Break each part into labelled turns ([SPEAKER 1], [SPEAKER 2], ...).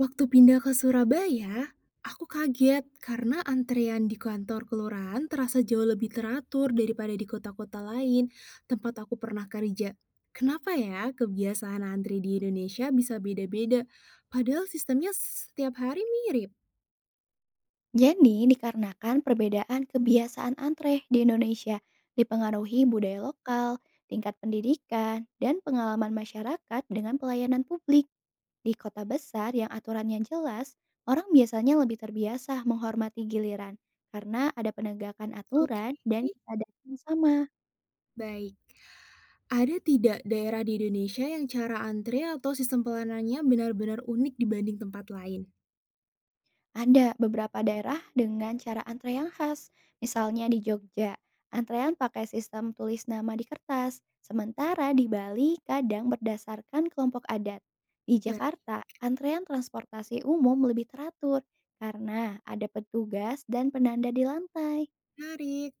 [SPEAKER 1] Waktu pindah ke Surabaya, aku kaget karena antrean di kantor kelurahan terasa jauh lebih teratur daripada di kota-kota lain tempat aku pernah kerja. Kenapa ya kebiasaan antri di Indonesia bisa beda-beda, padahal sistemnya setiap hari mirip?
[SPEAKER 2] Jadi, dikarenakan perbedaan kebiasaan antre di Indonesia dipengaruhi budaya lokal, tingkat pendidikan, dan pengalaman masyarakat dengan pelayanan publik. Di kota besar yang aturannya jelas, orang biasanya lebih terbiasa menghormati giliran karena ada penegakan
[SPEAKER 1] Oke,
[SPEAKER 2] aturan dan kesadaran sama.
[SPEAKER 1] baik. Ada tidak daerah di Indonesia yang cara antre atau sistem pelayanannya benar-benar unik dibanding tempat lain?
[SPEAKER 2] Ada beberapa daerah dengan cara antrean khas. Misalnya di Jogja, antrean pakai sistem tulis nama di kertas, sementara di Bali kadang berdasarkan kelompok adat. Di
[SPEAKER 1] Baik,
[SPEAKER 2] Jakarta, antrean transportasi umum lebih teratur karena ada petugas dan penanda di lantai.
[SPEAKER 1] menarik.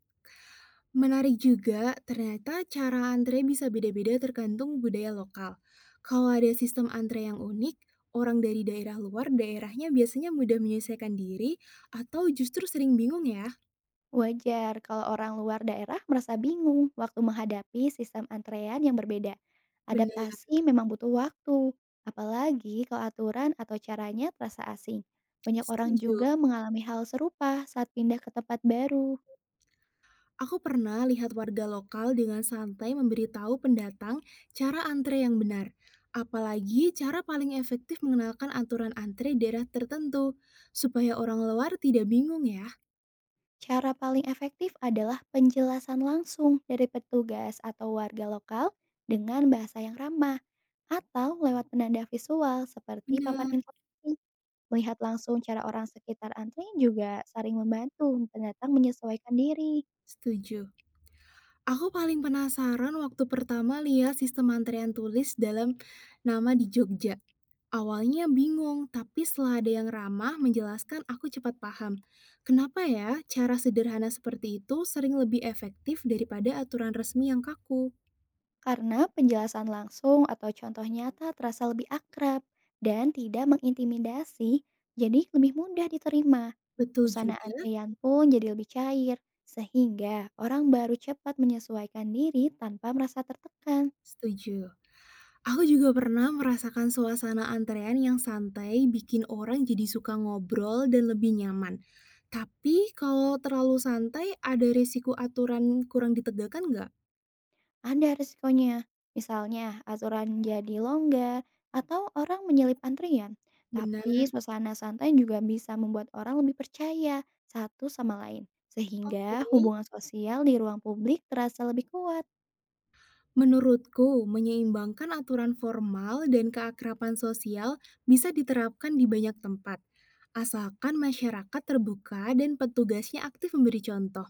[SPEAKER 1] Menarik juga, ternyata cara antre bisa beda-beda tergantung budaya lokal. Kalau ada sistem antre yang unik, orang dari daerah luar daerahnya biasanya mudah menyelesaikan diri atau justru sering bingung ya.
[SPEAKER 2] Wajar kalau orang luar daerah merasa bingung waktu menghadapi sistem antrean yang berbeda.
[SPEAKER 1] Benar,
[SPEAKER 2] Adaptasi memang butuh waktu, apalagi kalau aturan atau caranya terasa asing. Banyak orang
[SPEAKER 1] setuju.
[SPEAKER 2] juga mengalami hal serupa saat pindah ke tempat baru.
[SPEAKER 1] Aku pernah lihat warga lokal dengan santai memberitahu pendatang cara antre yang benar. Apalagi cara paling efektif mengenalkan aturan antre daerah tertentu, supaya orang luar tidak bingung ya.
[SPEAKER 2] Cara paling efektif adalah penjelasan langsung dari petugas atau warga lokal dengan bahasa yang ramah atau lewat penanda visual seperti papan
[SPEAKER 1] Benar,
[SPEAKER 2] informasi. Melihat langsung cara orang sekitar antri juga sering membantu pendatang menyesuaikan diri,
[SPEAKER 1] setuju. Aku paling penasaran waktu pertama lihat sistem antrean tulis dalam nama di Jogja. Awalnya bingung, tapi setelah ada yang ramah menjelaskan aku cepat paham. Kenapa ya cara sederhana seperti itu sering lebih efektif daripada aturan resmi yang kaku?
[SPEAKER 2] karena penjelasan langsung atau contoh nyata terasa lebih akrab dan tidak mengintimidasi, jadi lebih mudah diterima.
[SPEAKER 1] Betul
[SPEAKER 2] Suasana
[SPEAKER 1] juga,
[SPEAKER 2] antrian pun jadi lebih cair, sehingga orang baru cepat menyesuaikan diri tanpa merasa tertekan.
[SPEAKER 1] setuju. Aku juga pernah merasakan suasana antrean yang santai bikin orang jadi suka ngobrol dan lebih nyaman. Tapi kalau terlalu santai, ada risiko aturan kurang ditegakkan nggak?
[SPEAKER 2] Ada resikonya, misalnya aturan jadi longgar atau orang menyelip antrian. Tapi
[SPEAKER 1] Benar.
[SPEAKER 2] suasana santai juga bisa membuat orang lebih percaya satu sama lain, sehingga
[SPEAKER 1] Oke.
[SPEAKER 2] hubungan sosial di ruang publik terasa lebih kuat.
[SPEAKER 1] Menurutku, menyeimbangkan aturan formal dan keakraban sosial bisa diterapkan di banyak tempat, asalkan masyarakat terbuka dan petugasnya aktif memberi contoh.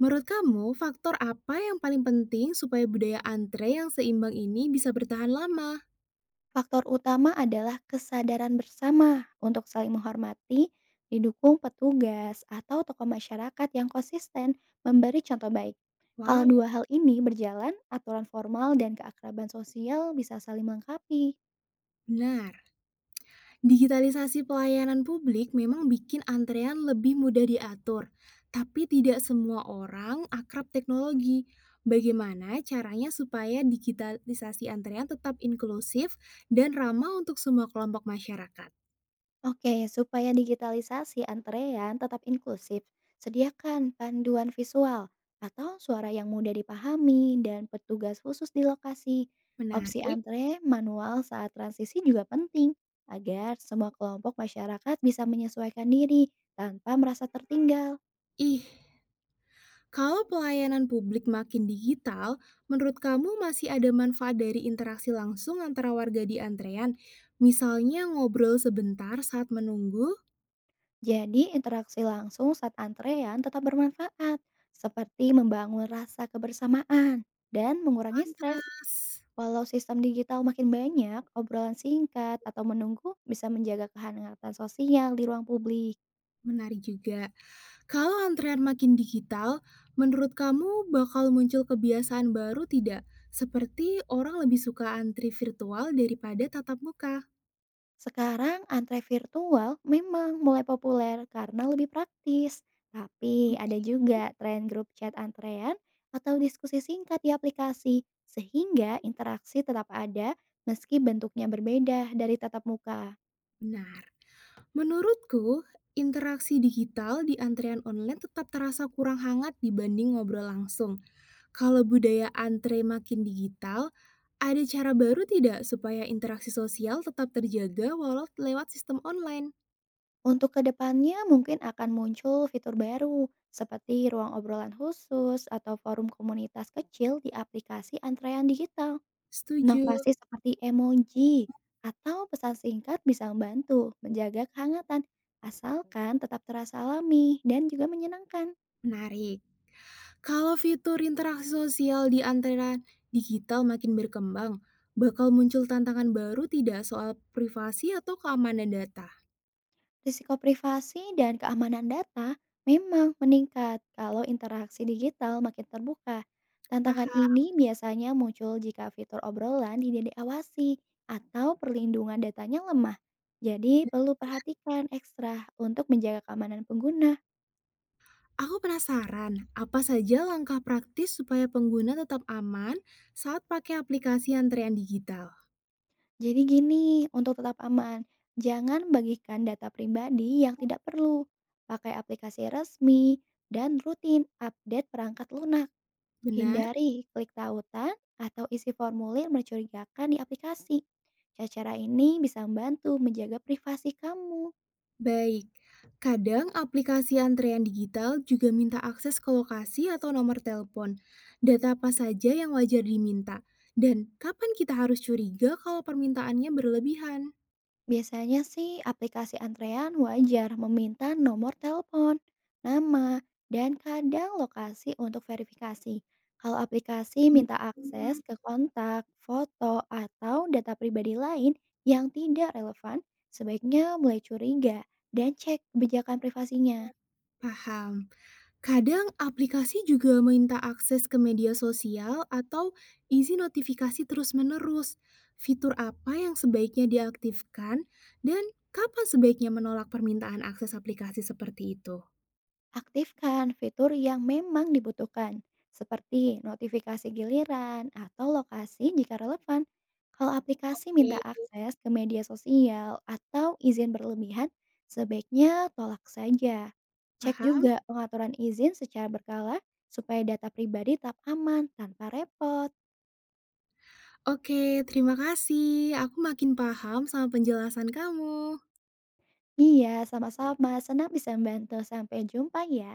[SPEAKER 1] Menurut kamu, faktor apa yang paling penting supaya budaya antre yang seimbang ini bisa bertahan lama?
[SPEAKER 2] Faktor utama adalah kesadaran bersama untuk saling menghormati, didukung petugas atau tokoh masyarakat yang konsisten memberi contoh baik. Kalau
[SPEAKER 1] Wow,
[SPEAKER 2] dua hal ini berjalan, aturan formal dan keakraban sosial bisa saling melengkapi.
[SPEAKER 1] benar. Digitalisasi pelayanan publik memang bikin antrean lebih mudah diatur, tapi tidak semua orang akrab teknologi. Bagaimana caranya supaya digitalisasi antrean tetap inklusif dan ramah untuk semua kelompok masyarakat?
[SPEAKER 2] Oke, supaya digitalisasi antrean tetap inklusif, sediakan panduan visual atau suara yang mudah dipahami dan petugas khusus di lokasi. Opsi
[SPEAKER 1] Menarik.
[SPEAKER 2] antre manual saat transisi juga penting agar semua kelompok masyarakat bisa menyesuaikan diri tanpa merasa tertinggal.
[SPEAKER 1] Ih, kalau pelayanan publik makin digital, menurut kamu masih ada manfaat dari interaksi langsung antara warga di antrean? Misalnya ngobrol sebentar saat menunggu?
[SPEAKER 2] Jadi, interaksi langsung saat antrean tetap bermanfaat, seperti membangun rasa kebersamaan dan mengurangi stres.
[SPEAKER 1] Pantes.
[SPEAKER 2] Walau sistem digital makin banyak, obrolan singkat atau menunggu bisa menjaga kehangatan sosial di ruang publik.
[SPEAKER 1] Menarik juga. Kalau antrean makin digital, menurut kamu bakal muncul kebiasaan baru tidak? Seperti orang lebih suka antri virtual daripada tatap muka.
[SPEAKER 2] Sekarang antre virtual memang mulai populer karena lebih praktis. Tapi ada juga tren grup chat antrean atau diskusi singkat di aplikasi, sehingga interaksi tetap ada meski bentuknya berbeda dari tatap muka.
[SPEAKER 1] Benar. Menurutku, interaksi digital di antrean online tetap terasa kurang hangat dibanding ngobrol langsung. Kalau budaya antre makin digital, ada cara baru tidak supaya interaksi sosial tetap terjaga walau lewat sistem online?
[SPEAKER 2] Untuk kedepannya mungkin akan muncul fitur baru seperti ruang obrolan khusus atau forum komunitas kecil di aplikasi antrean digital.
[SPEAKER 1] Setuju.
[SPEAKER 2] Inovasi seperti emoji atau pesan singkat bisa membantu menjaga kehangatan asalkan tetap terasa alami dan juga menyenangkan.
[SPEAKER 1] Menarik. Kalau fitur interaksi sosial di antara digital makin berkembang, bakal muncul tantangan baru tidak soal privasi atau keamanan data?
[SPEAKER 2] Risiko privasi dan keamanan data memang meningkat kalau interaksi digital makin terbuka. Tantangan
[SPEAKER 1] Paham.
[SPEAKER 2] ini biasanya muncul jika fitur obrolan tidak diawasi atau perlindungan datanya lemah. Jadi perlu perhatikan ekstra untuk menjaga keamanan pengguna.
[SPEAKER 1] Aku penasaran, apa saja langkah praktis supaya pengguna tetap aman saat pakai aplikasi antrean digital?
[SPEAKER 2] Jadi gini, untuk tetap aman, jangan bagikan data pribadi yang tidak perlu. Pakai aplikasi resmi dan rutin update perangkat lunak.
[SPEAKER 1] Benar?
[SPEAKER 2] Hindari klik tautan atau isi formulir mencurigakan di aplikasi. Cara ini bisa membantu menjaga privasi kamu.
[SPEAKER 1] Baik. Kadang aplikasi antrean digital juga minta akses ke lokasi atau nomor telepon. Data apa saja yang wajar diminta? Dan kapan kita harus curiga kalau permintaannya berlebihan?
[SPEAKER 2] Biasanya sih aplikasi antrean wajar meminta nomor telepon, nama, dan kadang lokasi untuk verifikasi. Kalau aplikasi minta akses
[SPEAKER 1] Mmm,
[SPEAKER 2] ke kontak, foto, atau data pribadi lain yang tidak relevan, sebaiknya mulai curiga dan cek kebijakan privasinya.
[SPEAKER 1] paham. Kadang aplikasi juga minta akses ke media sosial atau isi notifikasi terus-menerus. Fitur apa yang sebaiknya diaktifkan dan kapan sebaiknya menolak permintaan akses aplikasi seperti itu?
[SPEAKER 2] Aktifkan fitur yang memang dibutuhkan, seperti notifikasi giliran atau lokasi jika relevan. Kalau aplikasi minta
[SPEAKER 1] Oke,
[SPEAKER 2] akses ke media sosial atau izin berlebihan, sebaiknya tolak saja. Cek
[SPEAKER 1] paham.
[SPEAKER 2] juga pengaturan izin secara berkala supaya data pribadi tetap aman tanpa repot.
[SPEAKER 1] Oke, terima kasih. Aku makin paham sama penjelasan kamu.
[SPEAKER 2] Iya, sama-sama. Senang bisa membantu. Sampai jumpa ya.